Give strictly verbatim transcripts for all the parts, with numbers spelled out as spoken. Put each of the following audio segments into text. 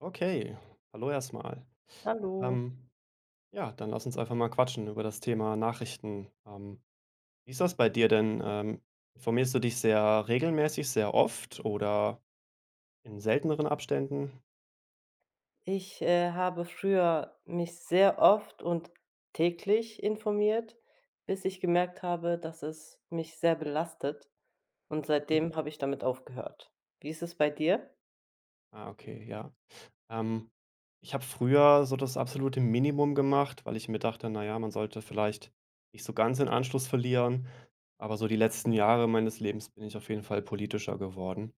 Okay, hallo erstmal. Hallo. Ähm, ja, dann lass uns einfach mal quatschen über das Thema Nachrichten. Ähm, wie ist das bei dir denn? Ähm, informierst du dich sehr regelmäßig, sehr oft oder in selteneren Abständen? Ich, äh, habe früher mich sehr oft und täglich informiert, bis ich gemerkt habe, dass es mich sehr belastet, und Mhm. seitdem habe ich damit aufgehört. Wie ist es bei dir? Ah, okay, ja. Ähm, ich habe früher so das absolute Minimum gemacht, weil ich mir dachte, na ja, man sollte vielleicht nicht so ganz den Anschluss verlieren, aber so die letzten Jahre meines Lebens bin ich auf jeden Fall politischer geworden.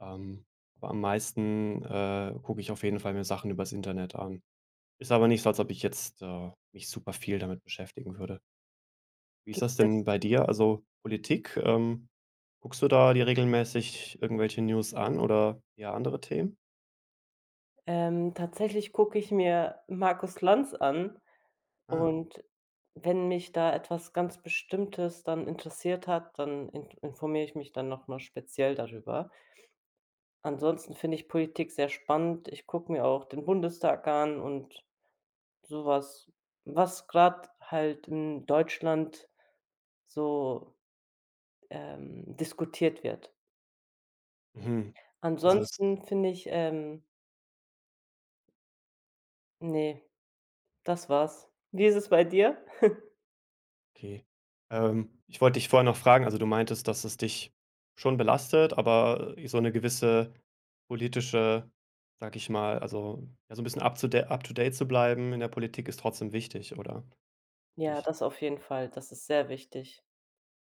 Ähm, aber am meisten, äh, gucke ich auf jeden Fall mir Sachen übers Internet an. Ist aber nicht so, als ob ich jetzt, äh, mich super viel damit beschäftigen würde. Wie ist Gibt das es denn bei dir? Also, Politik, ähm, guckst du da dir regelmäßig irgendwelche News an oder eher andere Themen? Ähm, tatsächlich gucke ich mir Markus Lanz an, Ah, und wenn mich da etwas ganz Bestimmtes dann interessiert hat, dann in informiere ich mich dann noch mal speziell darüber. Ansonsten finde ich Politik sehr spannend. Ich gucke mir auch den Bundestag an und sowas, was gerade halt in Deutschland so ähm, diskutiert wird. mhm. Also, es. Ansonsten finde ich, ähm ne, Das war's. Wie ist es bei dir? Okay. Ähm, ich wollte dich vorher noch fragen, also du meintest, dass es dich schon belastet, aber, äh, so eine gewisse politische, sag ich mal, also ja, so ein bisschen up to da up to date zu bleiben in der Politik ist trotzdem wichtig, oder? Für Ja, dich? das auf jeden Fall. Das ist sehr wichtig.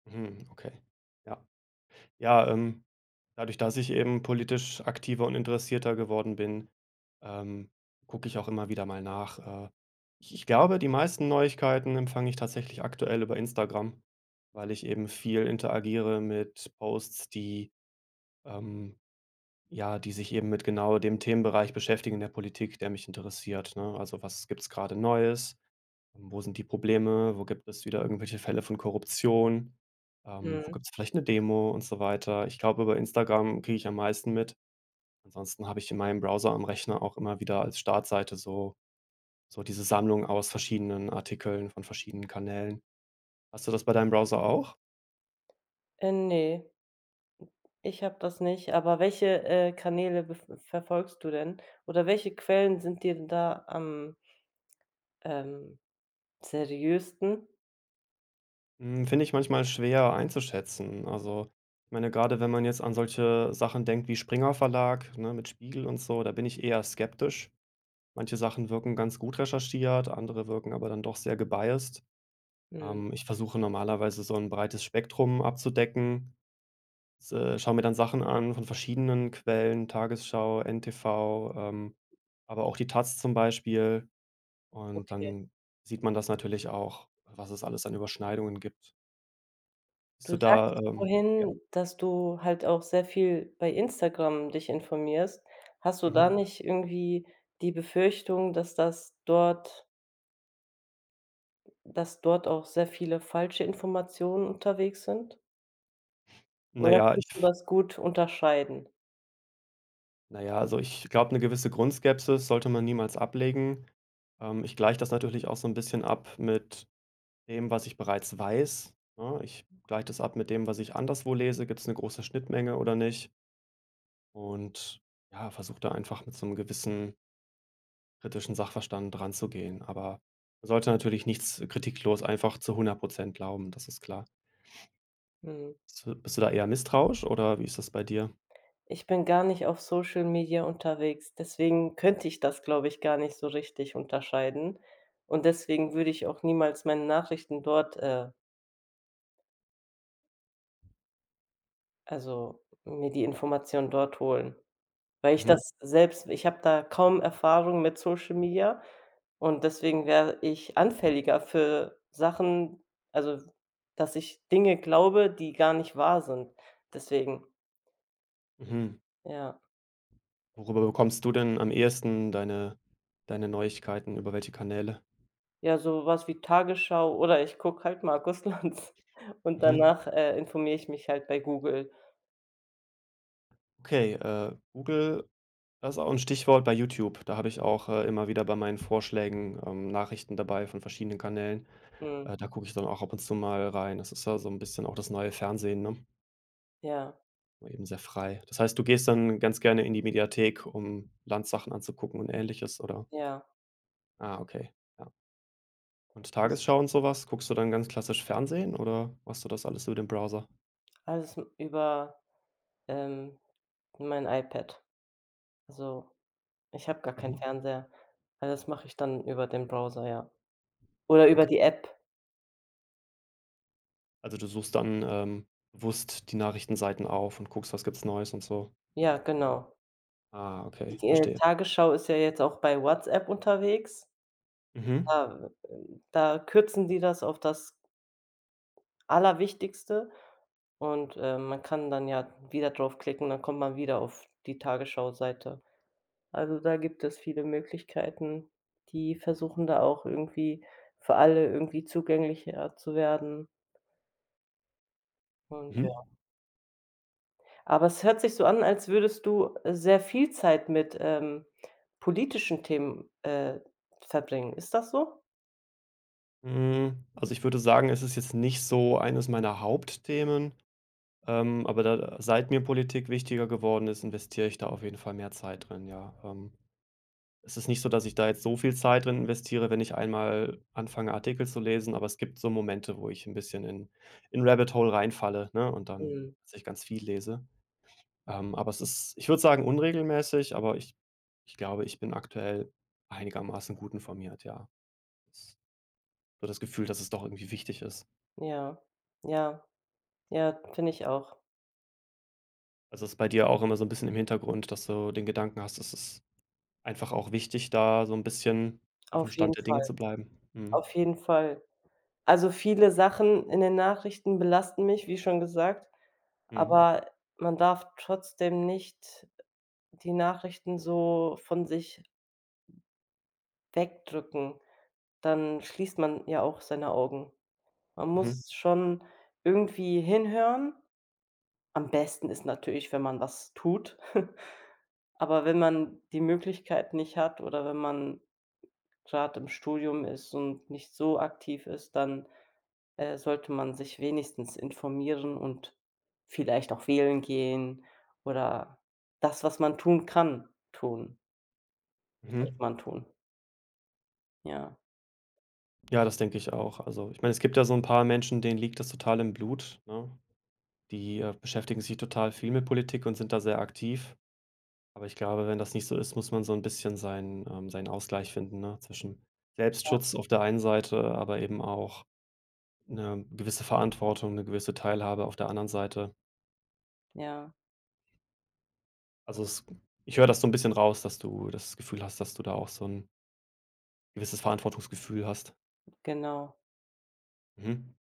Mhm, okay. Ja. Ja, ähm, dadurch, dass ich eben politisch aktiver und interessierter geworden bin, ähm, gucke ich auch immer wieder mal nach. Äh, ich ich glaube, die meisten Neuigkeiten empfange ich tatsächlich aktuell über Instagram, weil ich eben viel interagiere mit Posts, die, ähm, ja die sich eben mit genau dem Themenbereich beschäftigen in der Politik, der mich interessiert, ne? Also, was gibt's gerade Neues? Ähm, Wo sind die Probleme? Wo gibt es wieder irgendwelche Fälle von Korruption? Ähm, wo Mhm. gibt es vielleicht eine Demo und so weiter? Ich glaube, über Instagram kriege ich am meisten mit. Ansonsten habe ich in meinem Browser am Rechner auch immer wieder als Startseite so so diese Sammlung aus verschiedenen Artikeln von verschiedenen Kanälen. Hast du das bei deinem Browser auch? Äh, ne, ich habe das nicht. Aber welche, äh, Kanäle bef verfolgst du denn? Oder welche Quellen sind dir denn da am ähm, seriösesten? Hm, finde ich manchmal schwer einzuschätzen. Also, ich meine, gerade, wenn man jetzt an solche Sachen denkt wie Springer Verlag, ne, mit Spiegel und so, da bin ich eher skeptisch. Manche Sachen wirken ganz gut recherchiert, andere wirken aber dann doch sehr gebiased. Mhm. Ähm, ich versuche normalerweise so ein breites Spektrum abzudecken, s äh, schaue mir dann Sachen an von verschiedenen Quellen, Tagesschau, N T V, ähm, aber auch die taz zum Beispiel. Und Okay. dann sieht man das natürlich auch, was es alles an Überschneidungen gibt. Bist Du du da, sagtest ähm ja, vorhin, dass du halt auch sehr viel bei Instagram dich informierst. Hast du da mhm. nicht irgendwie die Befürchtung, dass das dort dass dort auch sehr viele falsche Informationen unterwegs sind? Na Oder ja, ich kannst du f das gut unterscheiden? na ja, also, ich glaube, eine gewisse Grundskepsis sollte man niemals ablegen. Ähm, ich gleiche das natürlich auch so ein bisschen ab mit dem, was ich bereits weiß, ne? Ich gleiche das ab mit dem, was ich anderswo lese. Gibt es eine große Schnittmenge oder nicht? Und, ja, versuche da einfach mit so einem gewissen kritischen Sachverstand dran zu gehen. Aber man sollte natürlich nichts kritiklos einfach zu hundert Prozent glauben, das ist klar. Mhm. Bist du bist du da eher misstrauisch oder wie ist das bei dir? Ich bin gar nicht auf Social Media unterwegs, deswegen könnte ich das, glaube ich, gar nicht so richtig unterscheiden. Und deswegen würde ich auch niemals meine Nachrichten dort, äh also mir die Information dort holen. Weil ich Mhm, das selbst, ich habe da kaum Erfahrung mit Social Media, und deswegen wäre ich anfälliger für Sachen, also, dass ich Dinge glaube, die gar nicht wahr sind. Deswegen, mhm. ja. Worüber bekommst du denn am ehesten deine deine Neuigkeiten? Über welche Kanäle? Ja, so was wie Tagesschau, oder ich gucke halt Markus Lanz, und Mhm. danach, äh, informiere ich mich halt bei Google. Okay, äh, Google, das ist auch ein Stichwort bei YouTube. Da habe ich auch, äh, immer wieder bei meinen Vorschlägen, ähm, Nachrichten dabei von verschiedenen Kanälen. Mhm. Äh, da gucke ich dann auch ab und zu mal rein. Das ist ja so ein bisschen auch das neue Fernsehen, ne? Ja, Eben sehr frei. Das heißt, du gehst dann ganz gerne in die Mediathek, um Landsachen anzugucken und Ähnliches, oder? ja. Ah, okay, ja. Und Ist Tagesschau und sowas, guckst du dann ganz klassisch Fernsehen oder machst du das alles über den Browser? alles m über, ähm, mein iPad. Also, ich habe gar keinen Mhm, Fernseher. Also, das mache ich dann über den Browser, ja. Oder über okay. die App. Also, du suchst dann, ähm, bewusst die Nachrichtenseiten auf und guckst, was gibt's Neues und so. Ja, genau. Ah, Die, okay, äh, verstehe. Tagesschau ist ja jetzt auch bei WhatsApp unterwegs. Mhm. Da, äh, da kürzen die das auf das Allerwichtigste, und, äh, man kann dann ja wieder draufklicken, dann kommt man wieder auf die Tagesschau-Seite. Also, da gibt es viele Möglichkeiten. Die versuchen da auch irgendwie für alle irgendwie zugänglicher zu werden, und Mhm. aber es hört sich so an, als würdest du, äh, sehr viel Zeit mit, ähm, politischen Themen, äh, verbringen. Ist das so? Hm, also, ich würde sagen, es ist jetzt nicht so eines meiner Hauptthemen, ähm, aber da seit mir Politik wichtiger geworden ist, investiere ich da auf jeden Fall mehr Zeit drin, ja. Ähm, es ist nicht so, dass ich da jetzt so viel Zeit drin investiere, wenn ich einmal anfange, Artikel zu lesen, aber es gibt so Momente, wo ich ein bisschen in in Rabbit Hole reinfalle, ne, und dann Mhm. tatsächlich ganz viel lese. Ähm, aber es ist ich würde sagen, unregelmäßig, aber ich ich glaube, ich bin aktuell einigermaßen gut informiert, ja. S so das Gefühl, dass es doch irgendwie wichtig ist. Ja, ja, ja, finde ich auch. Also, ist bei dir auch immer so ein bisschen im Hintergrund, dass du den Gedanken hast, es ist einfach auch wichtig, da so ein bisschen auf dem Auf Stand jeden der Dinge Fall, zu bleiben. Mhm. auf jeden Fall. Also, viele Sachen in den Nachrichten belasten mich, wie schon gesagt, Mhm. aber man darf trotzdem nicht die Nachrichten so von sich wegdrücken. Dann schließt man ja auch seine Augen. Man Mhm. muss schon irgendwie hinhören. Am besten ist natürlich, wenn man was tut, aber wenn man die Möglichkeit nicht hat oder wenn man gerade im Studium ist und nicht so aktiv ist, dann, äh, sollte man sich wenigstens informieren und vielleicht auch wählen gehen, oder das, was man tun kann, tun, sollte Mhm. man tun. Ja, Ja, das denke ich auch. Also, ich meine, es gibt ja so ein paar Menschen, denen liegt das total im Blut, ne? Die, äh, beschäftigen sich total viel mit Politik und sind da sehr aktiv. Aber ich glaube, wenn das nicht so ist, muss man so ein bisschen seinen ähm, seinen Ausgleich finden, ne, zwischen ja, Selbstschutz auf der einen Seite, aber eben auch eine gewisse Verantwortung, eine gewisse Teilhabe auf der anderen Seite. ja, Also, es ich höre das so ein bisschen raus, dass du das Gefühl hast, dass du da auch so ein gewisses Verantwortungsgefühl hast. genau. Mhm.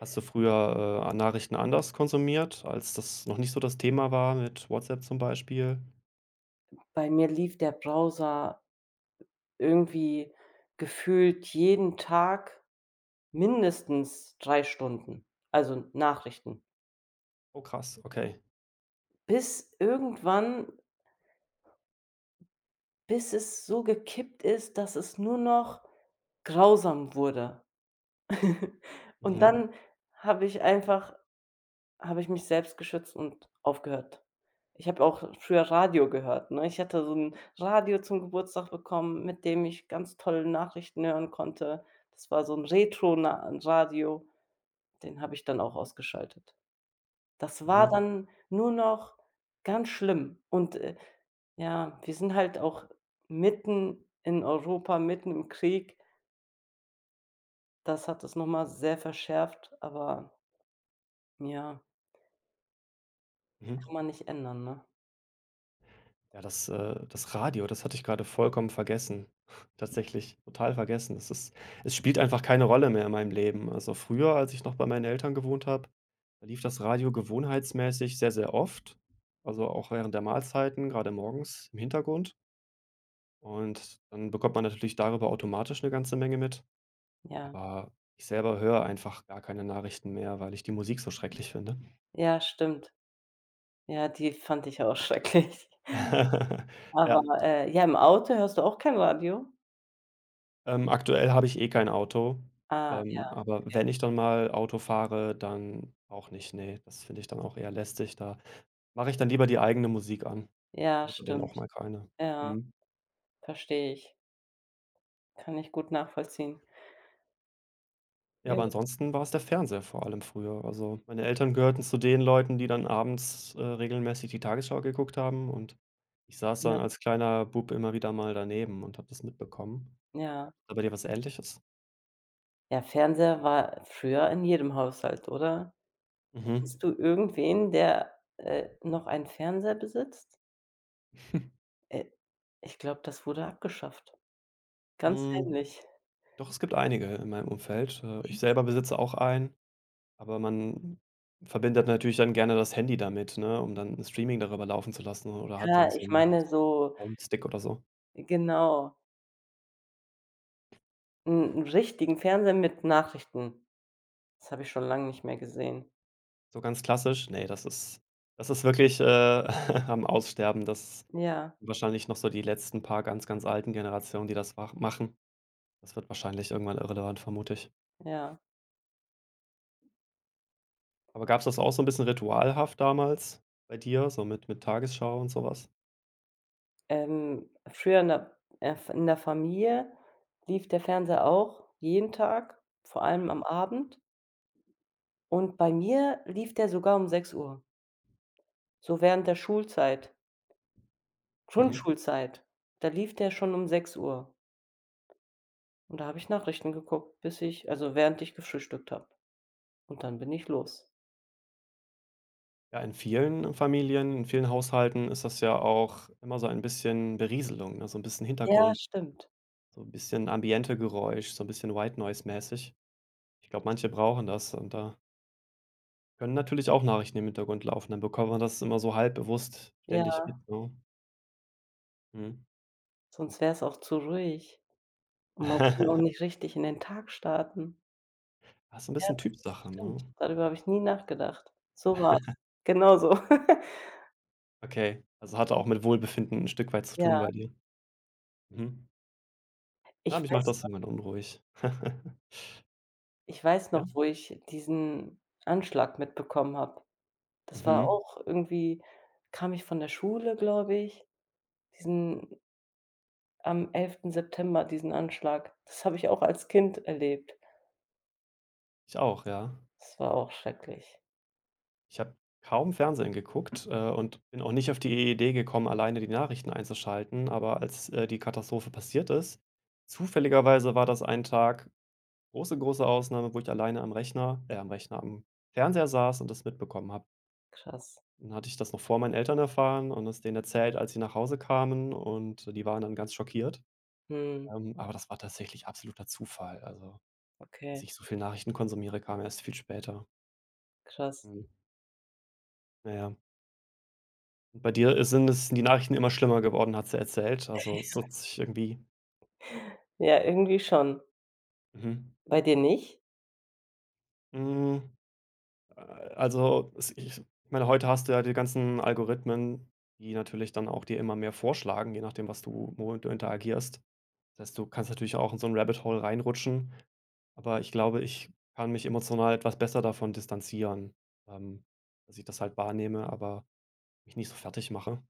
Hast du früher, äh, Nachrichten anders konsumiert, als das noch nicht so das Thema war mit WhatsApp zum Beispiel? Bei mir lief der Browser irgendwie gefühlt jeden Tag mindestens drei Stunden, also Nachrichten, Oh krass, okay. bis irgendwann bis es so gekippt ist, dass es nur noch grausam wurde. Und Mhm, dann habe ich einfach habe ich mich selbst geschützt und aufgehört. Ich habe auch früher Radio gehört, ne? Ich hatte so 'n Radio zum Geburtstag bekommen, mit dem ich ganz tolle Nachrichten hören konnte. Das war so 'n Retro-Na Radio, den habe ich dann auch ausgeschaltet. Das war mhm, dann nur noch ganz schlimm und, äh, ja, wir sind halt auch mitten in Europa, mitten im Krieg. Das hat es noch mal sehr verschärft, aber ja, kann mhm. man nicht ändern, ne? Ja, das, äh das Radio, das hatte ich gerade vollkommen vergessen. Tatsächlich, total vergessen. Es ist es spielt einfach keine Rolle mehr in meinem Leben. Also, früher, als ich noch bei meinen Eltern gewohnt habe, da lief das Radio gewohnheitsmäßig sehr, sehr oft, also auch während der Mahlzeiten, gerade morgens im Hintergrund. Und dann bekommt man natürlich darüber automatisch eine ganze Menge mit. Ja. Aber ich selber höre einfach gar keine Nachrichten mehr, weil ich die Musik so schrecklich finde. Ja, stimmt. Ja, die fand ich auch schrecklich. Aber, Ja. äh, ja, im Auto hörst du auch kein Radio? Ähm, aktuell habe ich eh kein Auto, Ah, ja, ähm, aber okay. wenn ich dann mal Auto fahre, dann auch nicht. Ne, das finde ich dann auch eher lästig. Da mache ich dann lieber die eigene Musik an Ja, oder dann auch stimmt. mal keine. Ja, Mhm. verstehe ich. Kann ich gut nachvollziehen. Ja, Ja, aber ansonsten war es der Fernseher vor allem früher. Also, meine Eltern gehörten zu den Leuten, die dann abends, äh, regelmäßig die Tagesschau geguckt haben und ich saß ja, dann als kleiner Bub immer wieder mal daneben und habe das mitbekommen. ja. War bei dir was Ähnliches? Ja, Fernseher war früher in jedem Haushalt, oder? Kennst Mhm. du irgendwen, der, äh, noch einen Fernseher besitzt? Äh, ich glaube, das wurde abgeschafft. Ganz Hm. heimlich. Doch, es gibt einige in meinem Umfeld. Äh, ich selber besitze auch einen, aber man verbindet natürlich dann gerne das Handy damit, ne, um dann 'n Streaming darüber laufen zu lassen oder hat dann Ja, so ich einen meine so, Home-Stick oder so. genau, 'n 'n richtigen Fernseher mit Nachrichten. Das habe ich schon lang nicht mehr gesehen. So ganz klassisch, ne, das ist das ist wirklich, äh, am Aussterben. Das Ja, sind wahrscheinlich noch so die letzten paar ganz, ganz alten Generationen, die das mach machen. Das wird wahrscheinlich irgendwann irrelevant, vermute ich. ja. Aber gab's das auch so ein bisschen ritualhaft damals bei dir, so mit mit Tagesschau und sowas? Ähm, früher in der, äh, f in der Familie lief der Fernseher auch jeden Tag, vor allem am Abend. Und bei mir lief der sogar um sechs Uhr, so während der Schulzeit. Mhm. Grundschulzeit, da lief der schon um sechs Uhr, und da habe ich Nachrichten geguckt, bis ich, also, während ich gefrühstückt habe, und dann bin ich los. Ja, in vielen Familien, in vielen Haushalten ist das ja auch immer so ein bisschen Berieselung, ne? So 'n bisschen Ja, Hintergrund, stimmt. so ein bisschen Ambientegeräusch, so ein bisschen White Noise mäßig. Ich glaube, manche brauchen das und da können natürlich auch Nachrichten im Hintergrund laufen, dann bekommt man das immer so halb bewusst ständig Ja, mit, ne? Mhm. sonst wär's auch zu ruhig, und man kann auch nicht richtig in den Tag starten. Das ist 'n Ja, bisschen das ist Typsache, stimmt. ne? Darüber habe ich nie nachgedacht. So war's. Genau so. Okay, also hat auch mit Wohlbefinden ein Stück weit zu Ja, tun bei dir. Mhm. ich Ja, mich macht weiß das noch irgendwann unruhig. Ich weiß Ja? noch, wo ich diesen Anschlag mitbekommen habe. Das war Mhm. auch irgendwie, kam ich von der Schule, glaube ich, diesen am elften September, diesen Anschlag. Das habe ich auch als Kind erlebt. Ich auch, ja. Das war auch schrecklich. Ich habe kaum Fernsehen geguckt, äh, und bin auch nicht auf die Idee gekommen, alleine die Nachrichten einzuschalten, aber als, äh, die Katastrophe passiert ist, zufälligerweise war das ein Tag, große, große Ausnahme, wo ich alleine am Rechner äh, am Rechner, am Fernseher saß und das mitbekommen habe. Krass. Dann hatte ich das noch vor meinen Eltern erfahren und es denen erzählt, als sie nach Hause kamen und die waren dann ganz schockiert. Mhm, Ähm, aber das war tatsächlich absoluter Zufall. Also, dass okay, ich so viel Nachrichten konsumiere, kam erst viel später. krass. Mhm. Na ja. Bei dir, äh, sind es die Nachrichten immer schlimmer geworden, hat sie erzählt. Also, es hat sich irgendwie. Ja, irgendwie schon. Mhm. Bei dir nicht? Hm, äh, also, es ich ich meine, heute hast du ja die ganzen Algorithmen, die natürlich dann auch dir immer mehr vorschlagen, je nachdem, was du womit du interagierst. Das heißt, du kannst natürlich auch in so ein Rabbit Hole reinrutschen, aber ich glaube, ich kann mich emotional etwas besser davon distanzieren, ähm, dass ich das halt wahrnehme, aber mich nicht so fertig mache.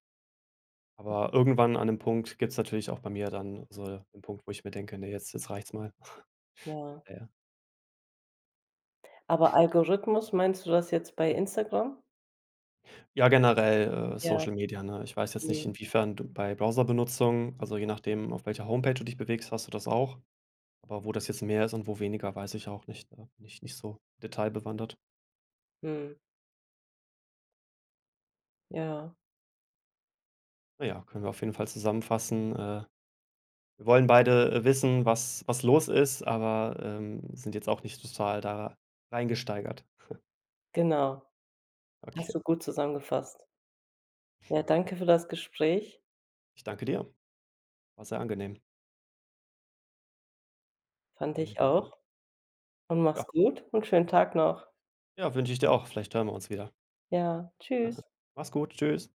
Aber irgendwann an dem Punkt gibt's natürlich auch bei mir dann so den Punkt, wo ich mir denke: „Ne, jetzt jetzt reicht's mal." Ja. Ja, ja. Aber Algorithmus, meinst du das jetzt bei Instagram? Ja, generell, äh, Ja. Social Media, ne? Ich weiß jetzt nicht, Mhm, inwiefern du bei Browserbenutzung also, je nachdem, auf welcher Homepage du dich bewegst, hast du das auch. Aber wo das jetzt mehr ist und wo weniger, weiß ich auch nicht. Da bin ich nicht so detailbewandert. mhm. Ja, Naja, können wir auf jeden Fall zusammenfassen, äh, wir wollen beide, äh, wissen, was was los ist, aber, ähm, sind jetzt auch nicht total da reingesteigert. genau. Hast Okay, du gut zusammengefasst. Ja, danke für das Gespräch. ich danke dir. War sehr angenehm Fand ich und, äh, auch. Und ja. mach's gut und schönen Tag noch. Ja, wünsche ich dir auch. Vielleicht hören wir uns wieder. Ja, tschüss. Mach's gut. Tschüss.